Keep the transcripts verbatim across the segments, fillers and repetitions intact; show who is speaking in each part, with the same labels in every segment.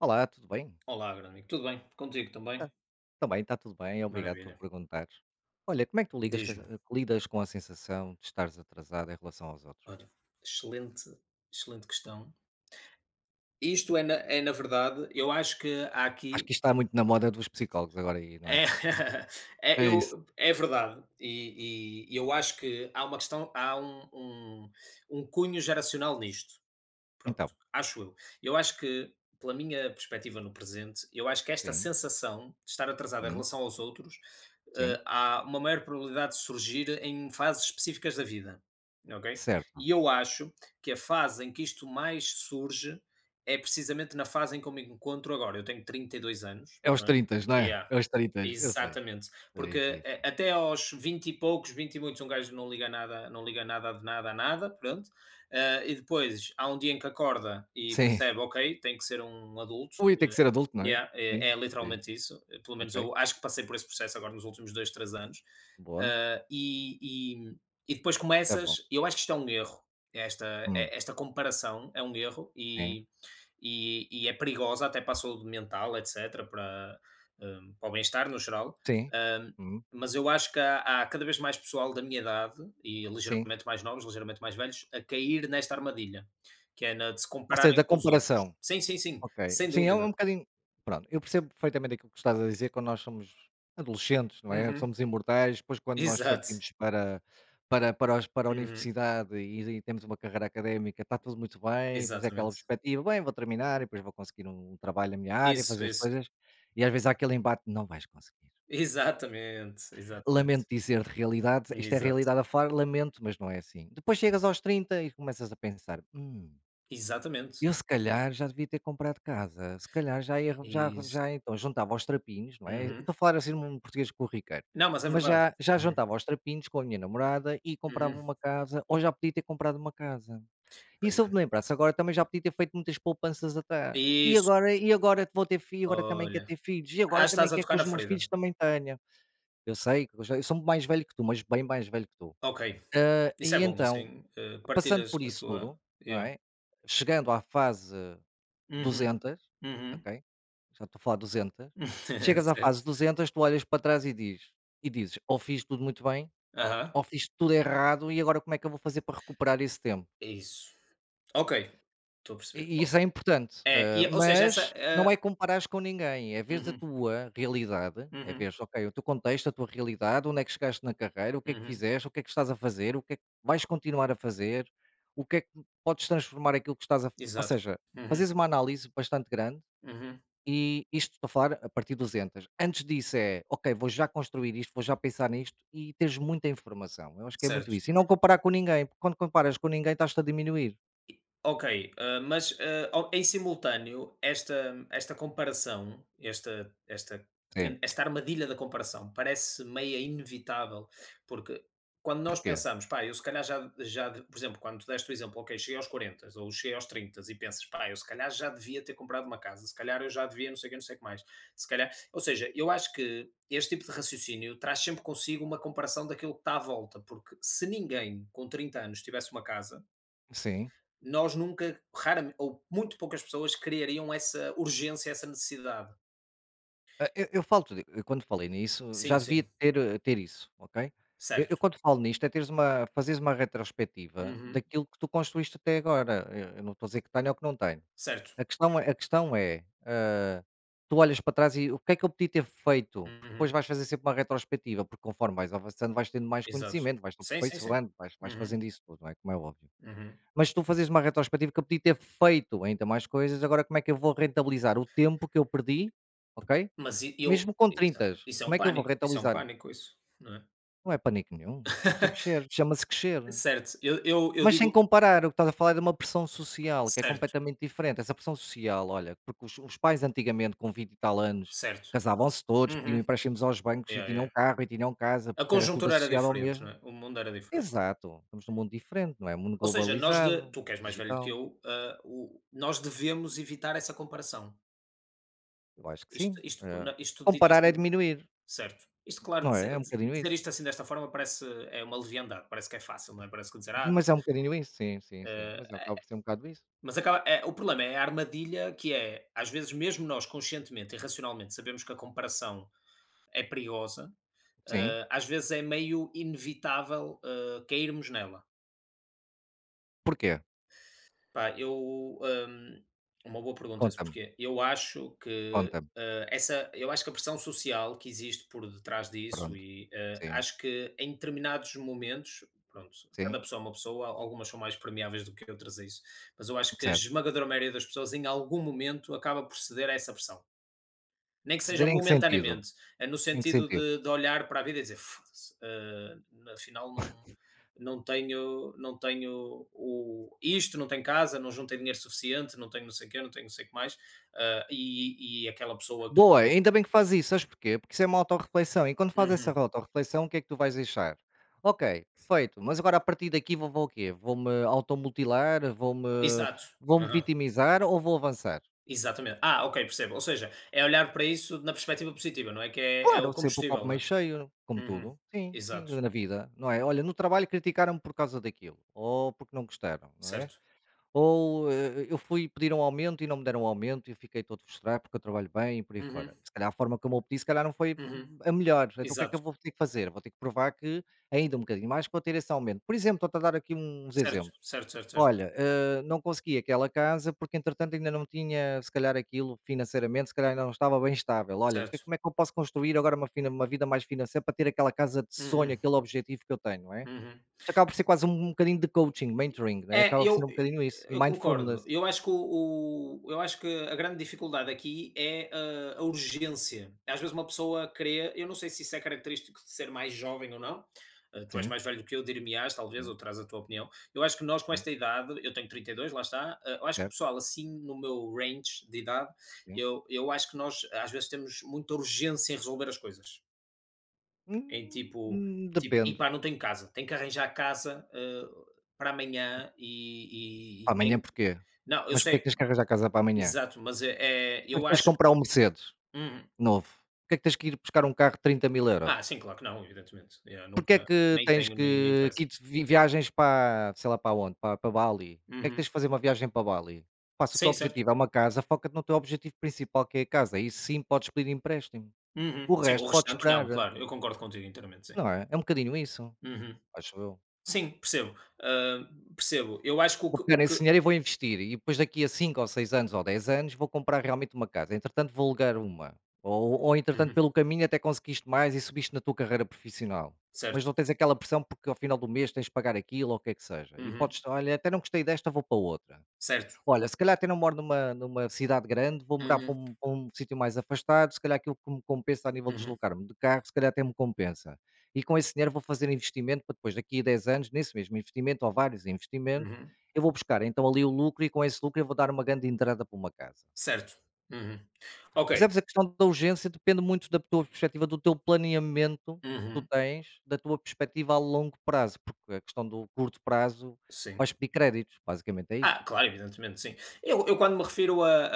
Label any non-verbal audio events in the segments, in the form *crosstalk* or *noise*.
Speaker 1: Olá, tudo bem?
Speaker 2: Olá, grande amigo. Tudo bem? Contigo também?
Speaker 1: Tá. Também está tudo bem, obrigado por
Speaker 2: Maravilha.
Speaker 1: perguntares. Olha, como é que tu ligas com
Speaker 2: Diz-me.
Speaker 1: a- lidas com a sensação de estares atrasado em relação aos outros?
Speaker 2: Olha, excelente, excelente questão. Isto é na, é na verdade, eu acho que há
Speaker 1: Acho
Speaker 2: aqui
Speaker 1: que isto está muito na moda dos psicólogos agora aí, não é?
Speaker 2: é, *laughs* é,
Speaker 1: É isso.
Speaker 2: eu, é verdade e, e- e eu acho que há uma questão, há um, um, um cunho geracional nisto.
Speaker 1: Então,
Speaker 2: Pronto, acho eu. Eu acho que, pela minha perspectiva no presente, eu acho que esta
Speaker 1: sim,
Speaker 2: sensação de estar atrasado em
Speaker 1: hum,
Speaker 2: relação aos outros
Speaker 1: sim,
Speaker 2: eh, há uma maior probabilidade de surgir em fases específicas da vida, ok?
Speaker 1: certo.
Speaker 2: E eu acho que a fase em que isto mais surge é precisamente na fase em que eu me encontro agora. Eu tenho trinta e dois anos,
Speaker 1: É aos
Speaker 2: não é?
Speaker 1: trinta, não é?
Speaker 2: Yeah,
Speaker 1: É aos trinta, eu sei.
Speaker 2: exatamente.
Speaker 1: Sim,
Speaker 2: Porque
Speaker 1: sim,
Speaker 2: eh,
Speaker 1: sim.
Speaker 2: até aos vinte e poucos, vinte e muitos, um gajo não liga nada, não liga nada de nada a nada, pronto. Eh, e depois há um dia em que acorda e
Speaker 1: Sim,
Speaker 2: percebe, ok, tem que ser um adulto.
Speaker 1: ui, tem que ser adulto, não é?
Speaker 2: Yeah,
Speaker 1: Sim,
Speaker 2: é é
Speaker 1: sim,
Speaker 2: literalmente isso, pelo menos
Speaker 1: ok,
Speaker 2: eu acho que passei por esse processo agora nos últimos dois, três anos,
Speaker 1: boa,
Speaker 2: ah, e e e depois
Speaker 1: tá bom.
Speaker 2: começas, eu acho que isto é um erro, esta e
Speaker 1: Hum,
Speaker 2: esta comparação é um erro
Speaker 1: sim,
Speaker 2: e e e é perigosa até para a saúde mental, etcétera, para, hum, para o bem-estar no geral,
Speaker 1: sim,
Speaker 2: hum,
Speaker 1: hum,
Speaker 2: mas eu acho que há há cada vez mais pessoal da minha idade e
Speaker 1: sim.
Speaker 2: ligeiramente mais novos, ligeiramente mais velhos, a cair nesta armadilha, que é na de se
Speaker 1: Ou seja,
Speaker 2: compararem
Speaker 1: da
Speaker 2: com os outros.
Speaker 1: comparação.
Speaker 2: Sim, sim, sim,
Speaker 1: Ok.
Speaker 2: sem
Speaker 1: Sim, é um é um
Speaker 2: dúvida.
Speaker 1: bocadinho pronto, eu percebo perfeitamente aquilo que estás a dizer quando nós somos adolescentes, não é?
Speaker 2: Uhum.
Speaker 1: Somos imortais, depois quando nós
Speaker 2: Exato.
Speaker 1: partimos para para, para, os- para a
Speaker 2: Uhum.
Speaker 1: universidade e, e temos uma carreira académica, está tudo muito bem, e depois é aquela
Speaker 2: Exatamente.
Speaker 1: perspectiva, bem, vou terminar, e depois vou conseguir um, um trabalho na minha área,
Speaker 2: Isso,
Speaker 1: fazer as
Speaker 2: isso.
Speaker 1: coisas, e às vezes há aquele embate, não vais conseguir.
Speaker 2: Exatamente, exatamente.
Speaker 1: Lamento dizer de realidade, isto é
Speaker 2: Exato.
Speaker 1: realidade a falar, lamento, mas não é assim. Depois chegas aos trinta e começas a pensar, hum,
Speaker 2: Exatamente.
Speaker 1: eu se calhar já devia ter comprado casa, se calhar já ia já
Speaker 2: Isso.
Speaker 1: já então juntava aos trapinhos, não é, eu
Speaker 2: Uhum.
Speaker 1: estou a falar assim num português corriqueiro,
Speaker 2: Não, mas é
Speaker 1: mas
Speaker 2: verdade.
Speaker 1: já já
Speaker 2: Uhum,
Speaker 1: juntava aos trapinhos com a minha namorada e comprava
Speaker 2: uhum.
Speaker 1: uma casa, ou já podia ter comprado uma casa. E
Speaker 2: Pois
Speaker 1: se eu me
Speaker 2: é.
Speaker 1: lembrasse agora também já podia ter feito muitas poupanças atrás. E
Speaker 2: Isso.
Speaker 1: agora e agora vou ter filho, agora também quero
Speaker 2: Olha.
Speaker 1: ter filhos, e
Speaker 2: Ah,
Speaker 1: agora também
Speaker 2: estás a
Speaker 1: quero que
Speaker 2: tocar na
Speaker 1: os meus
Speaker 2: ferida.
Speaker 1: filhos também tenham. Eu sei que eu já eu sou mais velho que tu, mas bem mais velho que tu.
Speaker 2: Ok.
Speaker 1: Hã,
Speaker 2: Isso é
Speaker 1: e
Speaker 2: bom,
Speaker 1: então,
Speaker 2: assim, eh,
Speaker 1: passando
Speaker 2: partilhas
Speaker 1: por
Speaker 2: a
Speaker 1: isso
Speaker 2: tua,
Speaker 1: tudo, não
Speaker 2: yeah.
Speaker 1: é, chegando à fase
Speaker 2: Uhum,
Speaker 1: duzentas,
Speaker 2: uhum.
Speaker 1: ok, já estou a falar duzentas.
Speaker 2: *laughs*
Speaker 1: Chegas à fase
Speaker 2: Certo.
Speaker 1: duzentas, tu olhas para trás e diz e dizes: "Ou fiz tudo muito bem,
Speaker 2: Aham.
Speaker 1: ou fiz tudo errado e agora como é que eu vou fazer para recuperar esse tempo?".
Speaker 2: Isso. Ok. Estou a perceber.
Speaker 1: E isso é importante,
Speaker 2: É,
Speaker 1: eh,
Speaker 2: e ou seja, essa,
Speaker 1: mas
Speaker 2: eh
Speaker 1: não é comparares com ninguém, é veres a
Speaker 2: uhum,
Speaker 1: tua realidade, é
Speaker 2: uhum,
Speaker 1: veres, ok, o teu contexto, a tua realidade, onde é que chegaste na carreira, o que é que
Speaker 2: uhum.
Speaker 1: fizeste, o que é que estás a fazer, o que é que vais continuar a fazer, o que é que podes transformar aquilo que estás a ou
Speaker 2: Exato.
Speaker 1: seja,
Speaker 2: Uhum,
Speaker 1: fazeres uma análise bastante grande.
Speaker 2: uhum.
Speaker 1: E isto estou a falar a partir dos Entas. Antes disso é, ok, vou já construir isto, vou já pensar nisto e teres muita informação. Eu acho que é muito
Speaker 2: Certo.
Speaker 1: isso. E não comparar com ninguém, porque quando comparas com ninguém estás-te a diminuir.
Speaker 2: Ok, ah, mas, ah, ao em simultâneo, esta esta comparação, esta esta
Speaker 1: Sim.
Speaker 2: esta armadilha da comparação parece meia inevitável, porque quando nós
Speaker 1: Porquê?
Speaker 2: pensamos: "Pá, eu se calhar já já de", por exemplo, quando tu deste o exemplo, ok, cheguei aos quarenta ou cheguei aos trinta e pensas: "Pá, eu se calhar já devia ter comprado uma casa, se calhar eu já devia não sei o que não sei o que mais, se calhar", ou seja, eu acho que este tipo de raciocínio traz sempre consigo uma comparação daquilo que está à volta, porque se ninguém com trinta anos tivesse uma casa,
Speaker 1: Sim.
Speaker 2: nós nunca, raramente ou muito poucas pessoas criariam essa urgência, essa necessidade.
Speaker 1: Ah, eu eu falo-te eu quando falei nisso, já
Speaker 2: Sim,
Speaker 1: devia
Speaker 2: sim,
Speaker 1: ter eh, ter isso, ok. Eu eu
Speaker 2: certo.
Speaker 1: quando falo nisto é teres uma fazeres uma retrospectiva
Speaker 2: Uhum,
Speaker 1: daquilo que tu construíste até agora, eu eu não estou a dizer que tenho ou que não tenho.
Speaker 2: certo.
Speaker 1: A questão é a questão é, ah, tu olhas para trás e: "O que é que eu podia ter feito?", porque depois
Speaker 2: Uhum,
Speaker 1: vais fazer sempre uma retrospectiva, porque conforme vais avançando vais tendo mais
Speaker 2: exato.
Speaker 1: conhecimento, vais-te
Speaker 2: Sim, sim, sim.
Speaker 1: aperfeiçoando, vais vais
Speaker 2: Uhum,
Speaker 1: fazendo isso tudo, não é, como é óbvio.
Speaker 2: uhum.
Speaker 1: Mas se tu fazes uma retrospectiva que eu podia ter feito ainda mais coisas, agora como é que eu vou rentabilizar o tempo que eu perdi, ok?
Speaker 2: Mas e eu
Speaker 1: Mesmo com
Speaker 2: isso,
Speaker 1: trinta,
Speaker 2: isso é
Speaker 1: como
Speaker 2: um
Speaker 1: é que eu vou
Speaker 2: pânico, isso é um
Speaker 1: rentabilizar?
Speaker 2: pânico isso, não é?
Speaker 1: Não é pânico nenhum, isto é crescer,
Speaker 2: *laughs*
Speaker 1: chama-se crescer.
Speaker 2: Certo, eu eu eu
Speaker 1: Mas sem
Speaker 2: digo
Speaker 1: comparar, o que estás a falar é de uma pressão social, que é
Speaker 2: certo,
Speaker 1: completamente diferente. Essa pressão social, olha, porque os, os pais antigamente, com vinte e tal anos,
Speaker 2: certo.
Speaker 1: casavam-se todos, pediam
Speaker 2: Uhum.
Speaker 1: empréstimos aos bancos e
Speaker 2: Yeah, yeah, yeah.
Speaker 1: tinham carro e tinham casa,
Speaker 2: A
Speaker 1: porque era tudo
Speaker 2: conjuntura era
Speaker 1: associado ao
Speaker 2: diferente, não
Speaker 1: mesmo.
Speaker 2: é? O mundo era diferente.
Speaker 1: Exato, estamos num mundo diferente, não é? Mundo
Speaker 2: Ou seja, nós, de
Speaker 1: globalizado,
Speaker 2: tu que és mais velho que
Speaker 1: digital.
Speaker 2: eu, hã, o nós devemos evitar essa comparação.
Speaker 1: Eu acho que
Speaker 2: Isto
Speaker 1: sim.
Speaker 2: isto
Speaker 1: Eh,
Speaker 2: na isto dito
Speaker 1: comparar é
Speaker 2: assim,
Speaker 1: diminuir,
Speaker 2: certo. Isto claro,
Speaker 1: não
Speaker 2: dize
Speaker 1: é? É um bocadinho
Speaker 2: dizer
Speaker 1: isso.
Speaker 2: isto assim desta forma parece, é uma leviandade, parece que é fácil, não é, parece que dizer: "Ah,
Speaker 1: Mas é um bocadinho isso, sim, sim, sim. Mas
Speaker 2: hã",
Speaker 1: acaba por ser um bocado isso.
Speaker 2: mas acaba, é o problema, é a armadilha que é, às vezes mesmo nós conscientemente e racionalmente sabemos que a comparação é perigosa,
Speaker 1: Sim.
Speaker 2: hã, às vezes é meio inevitável, hã, cairmos nela.
Speaker 1: Porquê?
Speaker 2: Pá, eu, hum, uma boa pergunta, se
Speaker 1: Conta-me,
Speaker 2: porquê. Eu acho que
Speaker 1: conta-me.
Speaker 2: eh, essa, eu acho que a pressão social que existe por detrás disso
Speaker 1: Pronto.
Speaker 2: e eh,
Speaker 1: Sim,
Speaker 2: acho que em determinados momentos, pronto,
Speaker 1: sim,
Speaker 2: cada pessoa é uma pessoa, algumas são mais permeáveis do que outras a isso, mas eu acho que a
Speaker 1: certo.
Speaker 2: esmagadora maioria das pessoas em algum momento acaba por ceder a essa pressão. Nem que seja
Speaker 1: Ceder em que sentido?
Speaker 2: momentaneamente, eh, no
Speaker 1: Em que
Speaker 2: sentido
Speaker 1: sentido?
Speaker 2: de de olhar para a vida e dizer: "Foda-se, eh, afinal não, não tenho, não tenho o isto, não tenho casa, não juntei dinheiro suficiente, não tenho não sei o quê, não tenho não sei o que mais", ah, e e aquela pessoa que...
Speaker 1: Boa, ainda bem que faz isso, sabes porquê? Porque isso é uma autorreflexão e quando faz essa
Speaker 2: Uhum.
Speaker 1: autorreflexão o que é que tu vais deixar? Ok, feito, mas agora a partir daqui vou vou o quê? Vou-me automutilar, vou-me
Speaker 2: Exato.
Speaker 1: vou-me
Speaker 2: Aham.
Speaker 1: vitimizar ou vou avançar?
Speaker 2: Exatamente. Ah, ok, percebo. Ou seja, é olhar para isso na perspectiva positiva, não é? Que é, é
Speaker 1: Claro,
Speaker 2: o
Speaker 1: sempre o copo
Speaker 2: combustível, não
Speaker 1: meio
Speaker 2: é?
Speaker 1: cheio, como
Speaker 2: Uhum.
Speaker 1: tudo. Sim, sim,
Speaker 2: Exato.
Speaker 1: na vida, não é? Olha, no trabalho criticaram-me por causa daquilo ou porque não gostaram, não é?
Speaker 2: Certo.
Speaker 1: Ou, eh, eu fui pedir um aumento e não me deram um aumento e fiquei todo frustrado porque eu trabalho bem e por aí
Speaker 2: Uhum,
Speaker 1: fora. Se calhar a forma como eu pedi, se calhar não foi
Speaker 2: uhum.
Speaker 1: a melhor. Então o que é que
Speaker 2: Exato.
Speaker 1: eu vou ter que fazer? Vou ter que provar que ainda um bocadinho mais para ter esse aumento. Por exemplo, estou-te a dar aqui uns
Speaker 2: Certo,
Speaker 1: exemplos.
Speaker 2: certo, certo, certo,
Speaker 1: Olha, eh, não consegui aquela casa porque entretanto ainda não tinha, se calhar aquilo financeiramente, se calhar ainda não estava bem estável. Olha, o que é-
Speaker 2: certo.
Speaker 1: como é que eu posso construir agora uma, fina- uma vida mais financeira para ter aquela casa de sonho,
Speaker 2: Uhum,
Speaker 1: aquele objetivo que eu tenho, não é?
Speaker 2: uhum.
Speaker 1: Isto acaba por ser quase um um bocadinho de coaching, mentoring, né,
Speaker 2: É,
Speaker 1: acaba por ser
Speaker 2: eu
Speaker 1: um bocadinho isso, e
Speaker 2: eu
Speaker 1: mindfulness.
Speaker 2: concordo. Eu acho que o o eu acho que a grande dificuldade aqui é a a urgência. Às vezes uma pessoa crê, eu não sei se isso é característico de ser mais jovem ou não, eh, tu és
Speaker 1: Sim,
Speaker 2: mais velho do que eu, dir-me-ás talvez,
Speaker 1: sim,
Speaker 2: ou traz a tua opinião. Eu acho que nós com
Speaker 1: sim,
Speaker 2: esta idade, eu tenho trinta e dois, lá está, eh, eu acho que o
Speaker 1: certo,
Speaker 2: pessoal assim no meu range de idade,
Speaker 1: sim.
Speaker 2: eu eu acho que nós às vezes temos muita urgência em resolver as coisas. Em
Speaker 1: Hum,
Speaker 2: tipo
Speaker 1: hum,
Speaker 2: tipo: e
Speaker 1: depende.
Speaker 2: "Epá, não tenho casa, tenho que arranjar casa, hã, para amanhã e e e
Speaker 1: Para amanhã
Speaker 2: tenho",
Speaker 1: porquê?
Speaker 2: não, eu
Speaker 1: Mas porquê é que
Speaker 2: sei,
Speaker 1: tens que arranjar casa para amanhã?
Speaker 2: exato, mas é, é
Speaker 1: Porquê é que
Speaker 2: eu
Speaker 1: tens que
Speaker 2: acho que,
Speaker 1: comprar um Mercedes
Speaker 2: uhum.
Speaker 1: novo? Porquê é que tens que ir buscar um carro de trinta mil euros?
Speaker 2: Ah, sim, claro que não, evidentemente. Eu
Speaker 1: Porquê é
Speaker 2: nunca
Speaker 1: que
Speaker 2: nem
Speaker 1: tens
Speaker 2: tenho, nem me
Speaker 1: que que
Speaker 2: interessa.
Speaker 1: ir de vi viagens para sei lá para onde, para para Bali? Porquê é que tens
Speaker 2: Uhum.
Speaker 1: de fazer uma viagem para Bali? Pá, se o teu
Speaker 2: Sim, certo.
Speaker 1: objetivo é uma casa, foca-te no teu objetivo principal que é a casa, aí sim podes pedir empréstimo, o
Speaker 2: Uhum. Sim, o
Speaker 1: resto pode
Speaker 2: restante não,
Speaker 1: esperar.
Speaker 2: claro, eu concordo contigo inteiramente, sim.
Speaker 1: Não é? É um bocadinho isso,
Speaker 2: Uhum.
Speaker 1: acho eu.
Speaker 2: Sim, percebo, hã, percebo. Eu acho que o
Speaker 1: Vou
Speaker 2: que
Speaker 1: pegar
Speaker 2: o
Speaker 1: nesse
Speaker 2: que
Speaker 1: dinheiro e vou investir e depois daqui a cinco ou seis anos ou dez anos vou comprar realmente uma casa, entretanto vou alugar uma, ou ou entretanto
Speaker 2: uhum,
Speaker 1: pelo caminho até conseguiste mais e subiste na tua carreira profissional, mas
Speaker 2: certo.
Speaker 1: não tens aquela pressão porque ao final do mês tens de pagar aquilo ou o que é que seja e
Speaker 2: Uhum.
Speaker 1: podes: "Olha, até não gostei desta, vou para outra".
Speaker 2: Certo.
Speaker 1: Olha, se calhar até não moro numa numa cidade grande, vou morar para
Speaker 2: Uhum,
Speaker 1: um para um sítio mais afastado, se calhar aquilo que me compensa a nível de
Speaker 2: uhum,
Speaker 1: deslocar-me de carro, se calhar até me compensa. E com esse dinheiro vou fazer investimento para depois daqui a dez anos, nesse mesmo investimento, ou vários investimentos,
Speaker 2: uhum.
Speaker 1: eu vou buscar então ali o lucro e com esse lucro eu vou dar uma grande entrada para uma casa.
Speaker 2: Certo. Uhum. Ok.
Speaker 1: Percebes? A questão da urgência depende muito da tua perspectiva, do teu planeamento que tu
Speaker 2: Uhum.
Speaker 1: tens, da tua perspectiva a longo prazo, porque a questão do curto prazo
Speaker 2: Sim.
Speaker 1: vais pedir créditos, basicamente é isso.
Speaker 2: Ah, claro, evidentemente, sim. Eu eu quando me refiro a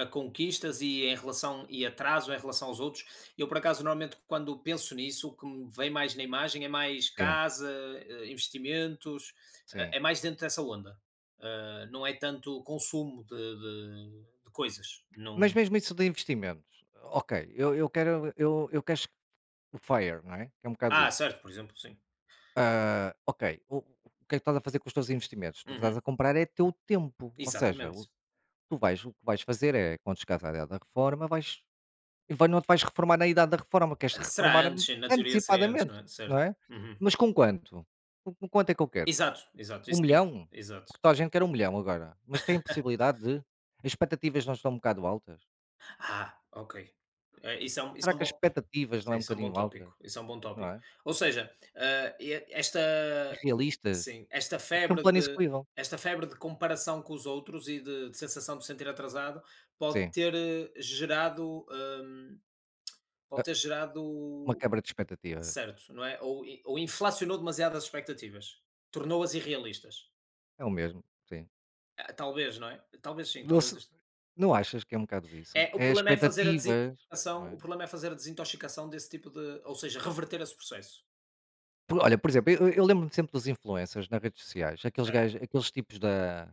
Speaker 2: a a conquistas e em relação e atraso em relação aos outros, eu por acaso normalmente quando penso nisso, o que me vem mais na imagem é mais
Speaker 1: Sim,
Speaker 2: casa, eh, investimentos, eh,
Speaker 1: sim.
Speaker 2: é mais dentro dessa onda. Ah, não é tanto consumo de de de coisas, não.
Speaker 1: Mas mesmo isso de investimentos, ok, eu, eu quero eu, eu quero che- o FIRE, não é? Que é um bocado
Speaker 2: Ah,
Speaker 1: isso.
Speaker 2: certo, por exemplo, sim.
Speaker 1: Ah, ok, o, o que é que estás a fazer com os teus investimentos? Tu
Speaker 2: Uhum,
Speaker 1: estás a comprar é teu tempo, ou seja, o,
Speaker 2: exatamente.
Speaker 1: tu vais, o que vais fazer é, quando chegares à idade da reforma, vais, e vai- não te vais reformar na idade da reforma, queres te
Speaker 2: Será
Speaker 1: reformar
Speaker 2: antes,
Speaker 1: am-
Speaker 2: sim, na teoria seria antes,
Speaker 1: antecipadamente,
Speaker 2: não é? Certo.
Speaker 1: não é?
Speaker 2: Uhum.
Speaker 1: Mas com quanto? Com, com quanto é que eu quero?
Speaker 2: Exato, exato,
Speaker 1: Um
Speaker 2: isso tem que,
Speaker 1: milhão?
Speaker 2: exato.
Speaker 1: Porque toda a gente quer um milhão agora, mas tem possibilidade de... As expectativas não estão um bocado altas?
Speaker 2: Ah, ok. Eh, isso é um, isso
Speaker 1: Será
Speaker 2: é um
Speaker 1: que as
Speaker 2: bom...
Speaker 1: expectativas não é
Speaker 2: Sim,
Speaker 1: um
Speaker 2: isso é um bom
Speaker 1: bocadinho altas?
Speaker 2: tópico, isso é um bom
Speaker 1: Não
Speaker 2: tópico.
Speaker 1: é? Sim.
Speaker 2: Ou seja, hã, e é, esta,
Speaker 1: Irrealistas.
Speaker 2: sim, esta
Speaker 1: Aquilo é um
Speaker 2: febre
Speaker 1: plano
Speaker 2: de,
Speaker 1: execuível.
Speaker 2: esta febre de comparação com os outros e de, de sensação de se sentir atrasado pode
Speaker 1: Sim,
Speaker 2: ter eh, gerado, hum,
Speaker 1: ah,
Speaker 2: pode ter
Speaker 1: uma
Speaker 2: gerado,
Speaker 1: quebra de expectativas.
Speaker 2: certo, não é? Ou in ou inflacionou demasiado as expectativas, tornou-as irrealistas.
Speaker 1: É o mesmo, sim.
Speaker 2: Ah, talvez, não é? Talvez sim,
Speaker 1: Não
Speaker 2: talvez
Speaker 1: se
Speaker 2: isto,
Speaker 1: não achas que é um bocado isso?
Speaker 2: é o
Speaker 1: É
Speaker 2: problema, é fazer a
Speaker 1: expectativas, não
Speaker 2: desintoxicação, o
Speaker 1: é?
Speaker 2: problema é fazer a desintoxicação desse tipo de, ou seja, reverter esse processo.
Speaker 1: Por olha, por exemplo, eu eu lembro-me sempre dos influencers nas redes sociais, aqueles gajos aqueles tipos da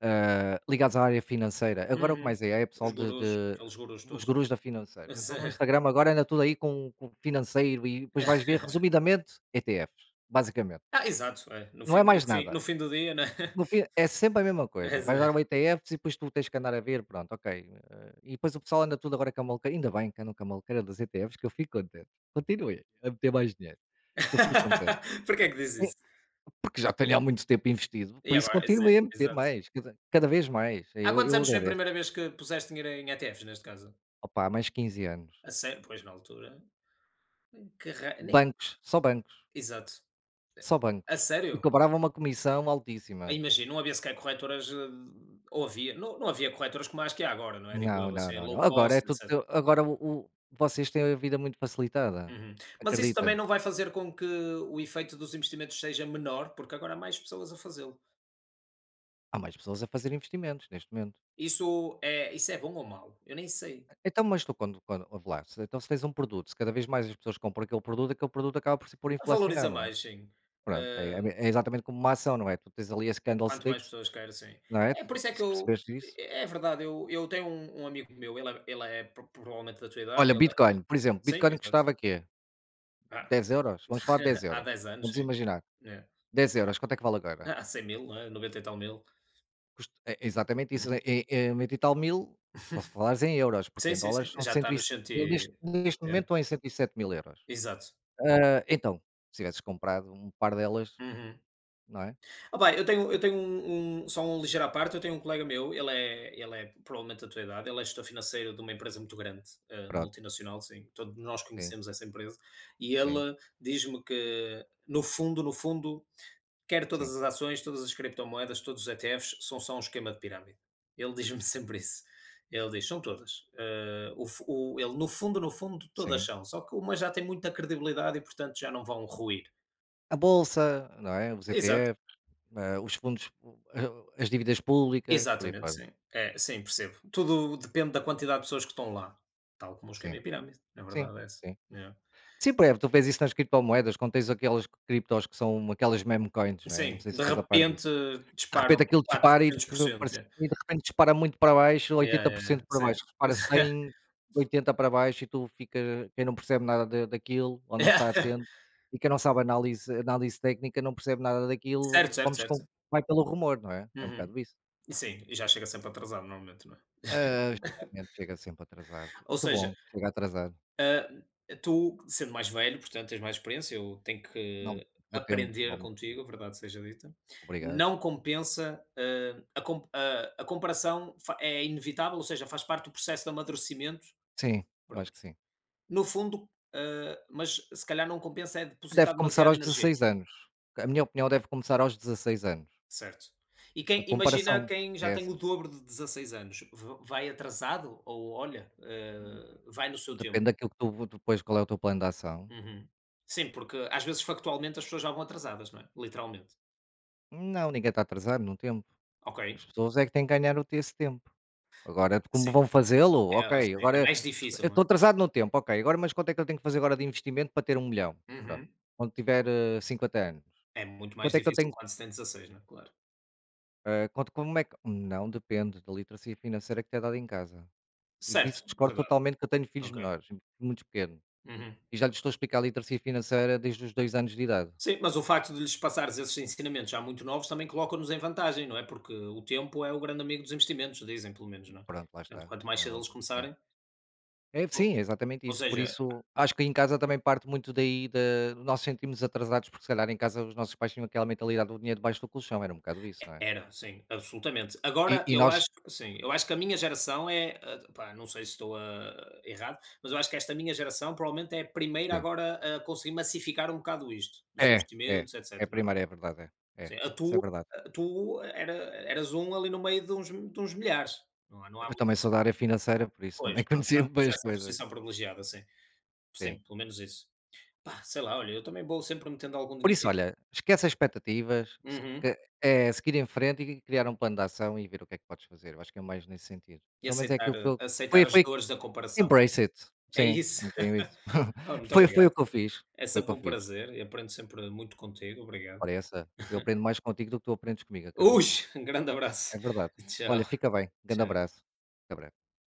Speaker 1: ah, ligados à área financeira. Agora o que
Speaker 2: Uhum.
Speaker 1: mais é, é pessoal
Speaker 2: Os
Speaker 1: de
Speaker 2: gurus,
Speaker 1: de
Speaker 2: aqueles gurus
Speaker 1: os
Speaker 2: todos, né.
Speaker 1: gurus da financeira. Eu estou
Speaker 2: Exa
Speaker 1: no Instagram agora anda tudo aí com com financeiro e depois vais ver
Speaker 2: *laughs*
Speaker 1: resumidamente E T F s, basicamente.
Speaker 2: Ah, exato, é. No
Speaker 1: Não é
Speaker 2: fim, no
Speaker 1: mais
Speaker 2: fim no
Speaker 1: nada.
Speaker 2: fim do dia, né. *laughs*
Speaker 1: No fim, é sempre a mesma coisa. Vais
Speaker 2: Exa
Speaker 1: dar o E T F s e depois tu tens que andar a ver, pronto, ok. eh, E depois o pessoal anda tudo agora com a maluqueira. Ainda bem que andam com a maluqueira dos E T F s, que eu fico contente. Continuem a meter mais dinheiro, que eu fico contente.
Speaker 2: *laughs* Porquê é que diz
Speaker 1: Eh,
Speaker 2: isso?
Speaker 1: porque já tenho há muito tempo investido, por
Speaker 2: E
Speaker 1: isso
Speaker 2: agora? Isso é
Speaker 1: continuei a meter
Speaker 2: exato.
Speaker 1: mais, cada, cada vez mais.
Speaker 2: Há
Speaker 1: Eu,
Speaker 2: quantos
Speaker 1: eu
Speaker 2: anos foi a
Speaker 1: agradeço.
Speaker 2: primeira vez que puseste dinheiro em E T Fs, neste caso?
Speaker 1: Opa, mais quinze anos.
Speaker 2: A sério? Pois, na altura, que ra nem
Speaker 1: Bancos, só bancos,
Speaker 2: exato.
Speaker 1: só
Speaker 2: A
Speaker 1: bancos. E
Speaker 2: sério?
Speaker 1: cobrava uma comissão altíssima.
Speaker 2: Imagino, não havia sequer corretoras, hã, ou havia? Não não havia corretoras como as que há agora, não é, digo
Speaker 1: Não,
Speaker 2: eu,
Speaker 1: não,
Speaker 2: assim,
Speaker 1: não, não.
Speaker 2: low
Speaker 1: Agora é
Speaker 2: cost,
Speaker 1: tudo.
Speaker 2: etcétera.
Speaker 1: Agora o, o- vocês têm a vida muito facilitada.
Speaker 2: Uhum. Mas isso também
Speaker 1: Acredita?
Speaker 2: não vai fazer com que o efeito dos investimentos seja menor, porque agora há mais pessoas a fazê-lo.
Speaker 1: Há mais pessoas a fazer investimentos neste momento.
Speaker 2: Isso é, isso é bom ou mau? Eu nem sei.
Speaker 1: Então, mas tu quando quando ouve lá, se então se tens um produto, se cada vez mais as pessoas compram aquele produto, aquele produto acaba por se por inflacionar,
Speaker 2: Valoriza
Speaker 1: não é?
Speaker 2: mais, sim.
Speaker 1: Pronto, é
Speaker 2: Ah,
Speaker 1: é exatamente como uma ação, não é? Tu tens ali as
Speaker 2: quanto mais
Speaker 1: candlesticks,
Speaker 2: pessoas querem, sim.
Speaker 1: não é?
Speaker 2: É
Speaker 1: Tu
Speaker 2: por
Speaker 1: tu
Speaker 2: isso é que
Speaker 1: se
Speaker 2: eu...
Speaker 1: percebeste isso.
Speaker 2: É verdade, eu, eu tenho um, um amigo meu, ele é, ele é pro- provavelmente da tua idade,
Speaker 1: Olha,
Speaker 2: ele é.
Speaker 1: Bitcoin, por exemplo,
Speaker 2: Sim,
Speaker 1: Bitcoin
Speaker 2: exato.
Speaker 1: custava quê?
Speaker 2: Ah,
Speaker 1: Dez euros. Vamos falar de dez
Speaker 2: *laughs* há
Speaker 1: euros.
Speaker 2: dez anos,
Speaker 1: Vamos
Speaker 2: sim.
Speaker 1: imaginar,
Speaker 2: É.
Speaker 1: dez euros, quanto é que vale agora?
Speaker 2: Há cem mil, não é? noventa e tal mil.
Speaker 1: Custa é é exatamente isso,
Speaker 2: Uhum.
Speaker 1: em em vinte e tal mil, só se
Speaker 2: *laughs*
Speaker 1: falares em euros, porque
Speaker 2: Sim,
Speaker 1: em
Speaker 2: sim,
Speaker 1: dólares
Speaker 2: sim.
Speaker 1: são
Speaker 2: Já está no
Speaker 1: cento e sete mil, neste
Speaker 2: sentido.
Speaker 1: neste momento
Speaker 2: É.
Speaker 1: estão em cento e sete mil euros.
Speaker 2: Exato.
Speaker 1: Ah, então, se tivesses comprado um par delas,
Speaker 2: Uhum.
Speaker 1: não é?
Speaker 2: Ah, pá, eu tenho, eu tenho um, um- só um ligeiro à parte, eu tenho um colega meu, ele é, ele é provavelmente da tua idade, ele é gestor financeiro de uma empresa muito grande, eh,
Speaker 1: Pronto,
Speaker 2: multinacional, sim, todos nós
Speaker 1: sim,
Speaker 2: conhecemos essa empresa, e
Speaker 1: sim,
Speaker 2: ele diz-me que, no fundo, no fundo, quer
Speaker 1: sim,
Speaker 2: todas as ações, todas as criptomoedas, todos os E T Fs, são só um esquema de pirâmide. Ele diz-me *laughs* sempre isso. Ele diz, são todas. Eh, o, fu- o- ele, no fundo, no fundo, todas
Speaker 1: sim.
Speaker 2: são, só que uma já tem muita credibilidade e, portanto, já não vão ruir.
Speaker 1: A bolsa, não é? Os
Speaker 2: Exato.
Speaker 1: E T F s, ah, os fundos, o- a- as dívidas públicas, por aí
Speaker 2: Exatamente,
Speaker 1: fora.
Speaker 2: sim. É, sim, percebo. Tudo depende da quantidade de pessoas que estão lá, tal como o esquema
Speaker 1: Sim,
Speaker 2: em pirâmide, na
Speaker 1: sim,
Speaker 2: verdade é essa.
Speaker 1: sim.
Speaker 2: Yeah.
Speaker 1: Sim, por exemplo, tu vês isso nas criptomoedas, quando tens aquelas criptos que são aquelas meme coins, não é? Não
Speaker 2: Sim,
Speaker 1: sei se
Speaker 2: de
Speaker 1: estás a par disso.
Speaker 2: repente
Speaker 1: De
Speaker 2: disparam
Speaker 1: repente aquilo dispara e de
Speaker 2: quatrocentos por cento,
Speaker 1: parece
Speaker 2: yeah.
Speaker 1: e de repente dispara muito para baixo,
Speaker 2: Yeah, yeah, yeah,
Speaker 1: oitenta por cento para
Speaker 2: sim.
Speaker 1: baixo, dispara
Speaker 2: *laughs*
Speaker 1: cem, oitenta para baixo. E tu fica, quem não percebe nada da daquilo, ou não
Speaker 2: Yeah.
Speaker 1: está atento, e quem não sabe análise análise técnica não percebe nada
Speaker 2: Certo,
Speaker 1: daquilo,
Speaker 2: certo,
Speaker 1: vamos com
Speaker 2: certo.
Speaker 1: vai pelo rumor, não é? É um
Speaker 2: Uhum.
Speaker 1: bocado isso.
Speaker 2: Sim, e já chega sempre atrasado normalmente, não é?
Speaker 1: Ah, geralmente chega sempre atrasado, e
Speaker 2: Ou
Speaker 1: que
Speaker 2: seja,
Speaker 1: bom que chega atrasado,
Speaker 2: tu, sendo mais velho, portanto, tens mais experiência, eu tenho
Speaker 1: não
Speaker 2: que
Speaker 1: vou tendo
Speaker 2: aprender
Speaker 1: alguma coisa.
Speaker 2: contigo, a verdade seja dita.
Speaker 1: Obrigado.
Speaker 2: Não compensa, eh, a com a a comparação, fa é inevitável, ou seja, faz parte do processo de amadurecimento,
Speaker 1: Sim, eu acho
Speaker 2: pronto.
Speaker 1: que sim.
Speaker 2: No fundo, eh, mas se calhar não compensa é
Speaker 1: Deve
Speaker 2: depositar
Speaker 1: começar
Speaker 2: demasiada
Speaker 1: aos
Speaker 2: energia,
Speaker 1: dezesseis anos, a minha opinião, deve começar aos dezesseis anos,
Speaker 2: certo? E
Speaker 1: a
Speaker 2: quem imagina,
Speaker 1: comparação.
Speaker 2: quem
Speaker 1: É
Speaker 2: já tem o
Speaker 1: essa.
Speaker 2: dobro de dezasseis anos, v vai atrasado ou olha, eh, vai no seu tempo.
Speaker 1: Depende daquilo que tu depois qual é o teu plano de ação.
Speaker 2: Uhum. Sim, porque às vezes factualmente as pessoas já vão atrasadas, não é? Literalmente.
Speaker 1: Não, ninguém está atrasado no tempo.
Speaker 2: Ok,
Speaker 1: As pessoas é que têm que ganhar o- esse tempo. Agora, como
Speaker 2: sim,
Speaker 1: vão fazê-lo?
Speaker 2: é
Speaker 1: Ok,
Speaker 2: assim, é
Speaker 1: agora
Speaker 2: mais
Speaker 1: eu
Speaker 2: difícil, não é?
Speaker 1: estou atrasado no tempo, ok. Agora, mas quanto é que eu tenho que fazer agora de investimento para ter um milhão? Pronto.
Speaker 2: Uhum.
Speaker 1: Quando tiver eh, cinquenta anos.
Speaker 2: É muito mais
Speaker 1: Quanto é que eu
Speaker 2: difícil
Speaker 1: tenho?
Speaker 2: quando se tem dezasseis, não é? Claro.
Speaker 1: Eh, quanto, como é que. Não, depende da literacia financeira que te é dada em casa. E
Speaker 2: Certo,
Speaker 1: isso discordo
Speaker 2: verdade,
Speaker 1: totalmente, que eu tenho filhos
Speaker 2: ok.
Speaker 1: menores, muito pequenos.
Speaker 2: Uhum.
Speaker 1: E já lhes estou a explicar a literacia financeira desde os dois anos de idade.
Speaker 2: Sim, mas o facto de lhes passares esses ensinamentos já muito novos também coloca-nos em vantagem, não é? Porque o tempo é o grande amigo dos investimentos, dizem pelo menos, não é?
Speaker 1: Pronto, lá
Speaker 2: Portanto,
Speaker 1: está.
Speaker 2: quanto mais
Speaker 1: Como é
Speaker 2: cedo eles
Speaker 1: óbvio. Sim.
Speaker 2: começarem,
Speaker 1: É, sim,
Speaker 2: ou
Speaker 1: é exatamente
Speaker 2: ou
Speaker 1: isso. Por
Speaker 2: seja,
Speaker 1: isso, acho que em casa também parte muito daí, de nós sentimos atrasados, porque se calhar em casa os nossos pais tinham aquela mentalidade do dinheiro debaixo do colchão, era um bocado isso, não é?
Speaker 2: era, sim, absolutamente.
Speaker 1: E,
Speaker 2: Agora
Speaker 1: e
Speaker 2: eu
Speaker 1: nós,
Speaker 2: acho sim, eu acho que a minha geração é, ah, pá, não sei se estou, ah, errado, mas eu acho que esta minha geração provavelmente é a primeira
Speaker 1: sim,
Speaker 2: agora a conseguir massificar um bocado isto, dos
Speaker 1: é, é,
Speaker 2: investimentos,
Speaker 1: é
Speaker 2: etcétera, não
Speaker 1: primário,
Speaker 2: é.
Speaker 1: é verdade, é, é,
Speaker 2: Sim, a
Speaker 1: isso é
Speaker 2: tua
Speaker 1: verdade.
Speaker 2: a tu era eras um ali no meio de uns, de uns milhares, não há não há
Speaker 1: Eu
Speaker 2: muito
Speaker 1: também sou da área financeira, por isso também *laughs*
Speaker 2: depois, pronto,
Speaker 1: conhecia
Speaker 2: já
Speaker 1: bem
Speaker 2: tinhas
Speaker 1: as
Speaker 2: essa
Speaker 1: coisas,
Speaker 2: posição privilegiada, sim.
Speaker 1: sim.
Speaker 2: Sim, pelo menos isso. Pá, sei lá, olha, eu também vou sempre metendo algum
Speaker 1: Por isso,
Speaker 2: dinheiro,
Speaker 1: olha, esquece as expectativas, se-
Speaker 2: uhum,
Speaker 1: que- é seguir em frente e criar um plano de ação e ver o que é que podes fazer. Eu acho que é mais nesse sentido.
Speaker 2: e
Speaker 1: Pelo menos é
Speaker 2: aceitar,
Speaker 1: aquilo que eu.
Speaker 2: aceitar
Speaker 1: Foi,
Speaker 2: as
Speaker 1: foi
Speaker 2: dores da comparação.
Speaker 1: Embrace it.
Speaker 2: É
Speaker 1: Sim,
Speaker 2: isso.
Speaker 1: é um bocadinho
Speaker 2: *laughs*
Speaker 1: isso.
Speaker 2: Olha,
Speaker 1: *laughs*
Speaker 2: muito
Speaker 1: Foi foi
Speaker 2: obrigado.
Speaker 1: o que eu fiz,
Speaker 2: É
Speaker 1: foi o que
Speaker 2: sempre
Speaker 1: eu
Speaker 2: um
Speaker 1: fiz.
Speaker 2: prazer e aprendo sempre muito contigo. Obrigado.
Speaker 1: Ora essa, eu aprendo mais contigo do que tu aprendes comigo, acredita.
Speaker 2: Ux, um grande abraço.
Speaker 1: É verdade.
Speaker 2: *laughs* Tchau,
Speaker 1: Olha, fica bem. Grande
Speaker 2: tchau.
Speaker 1: abraço. Fica bem.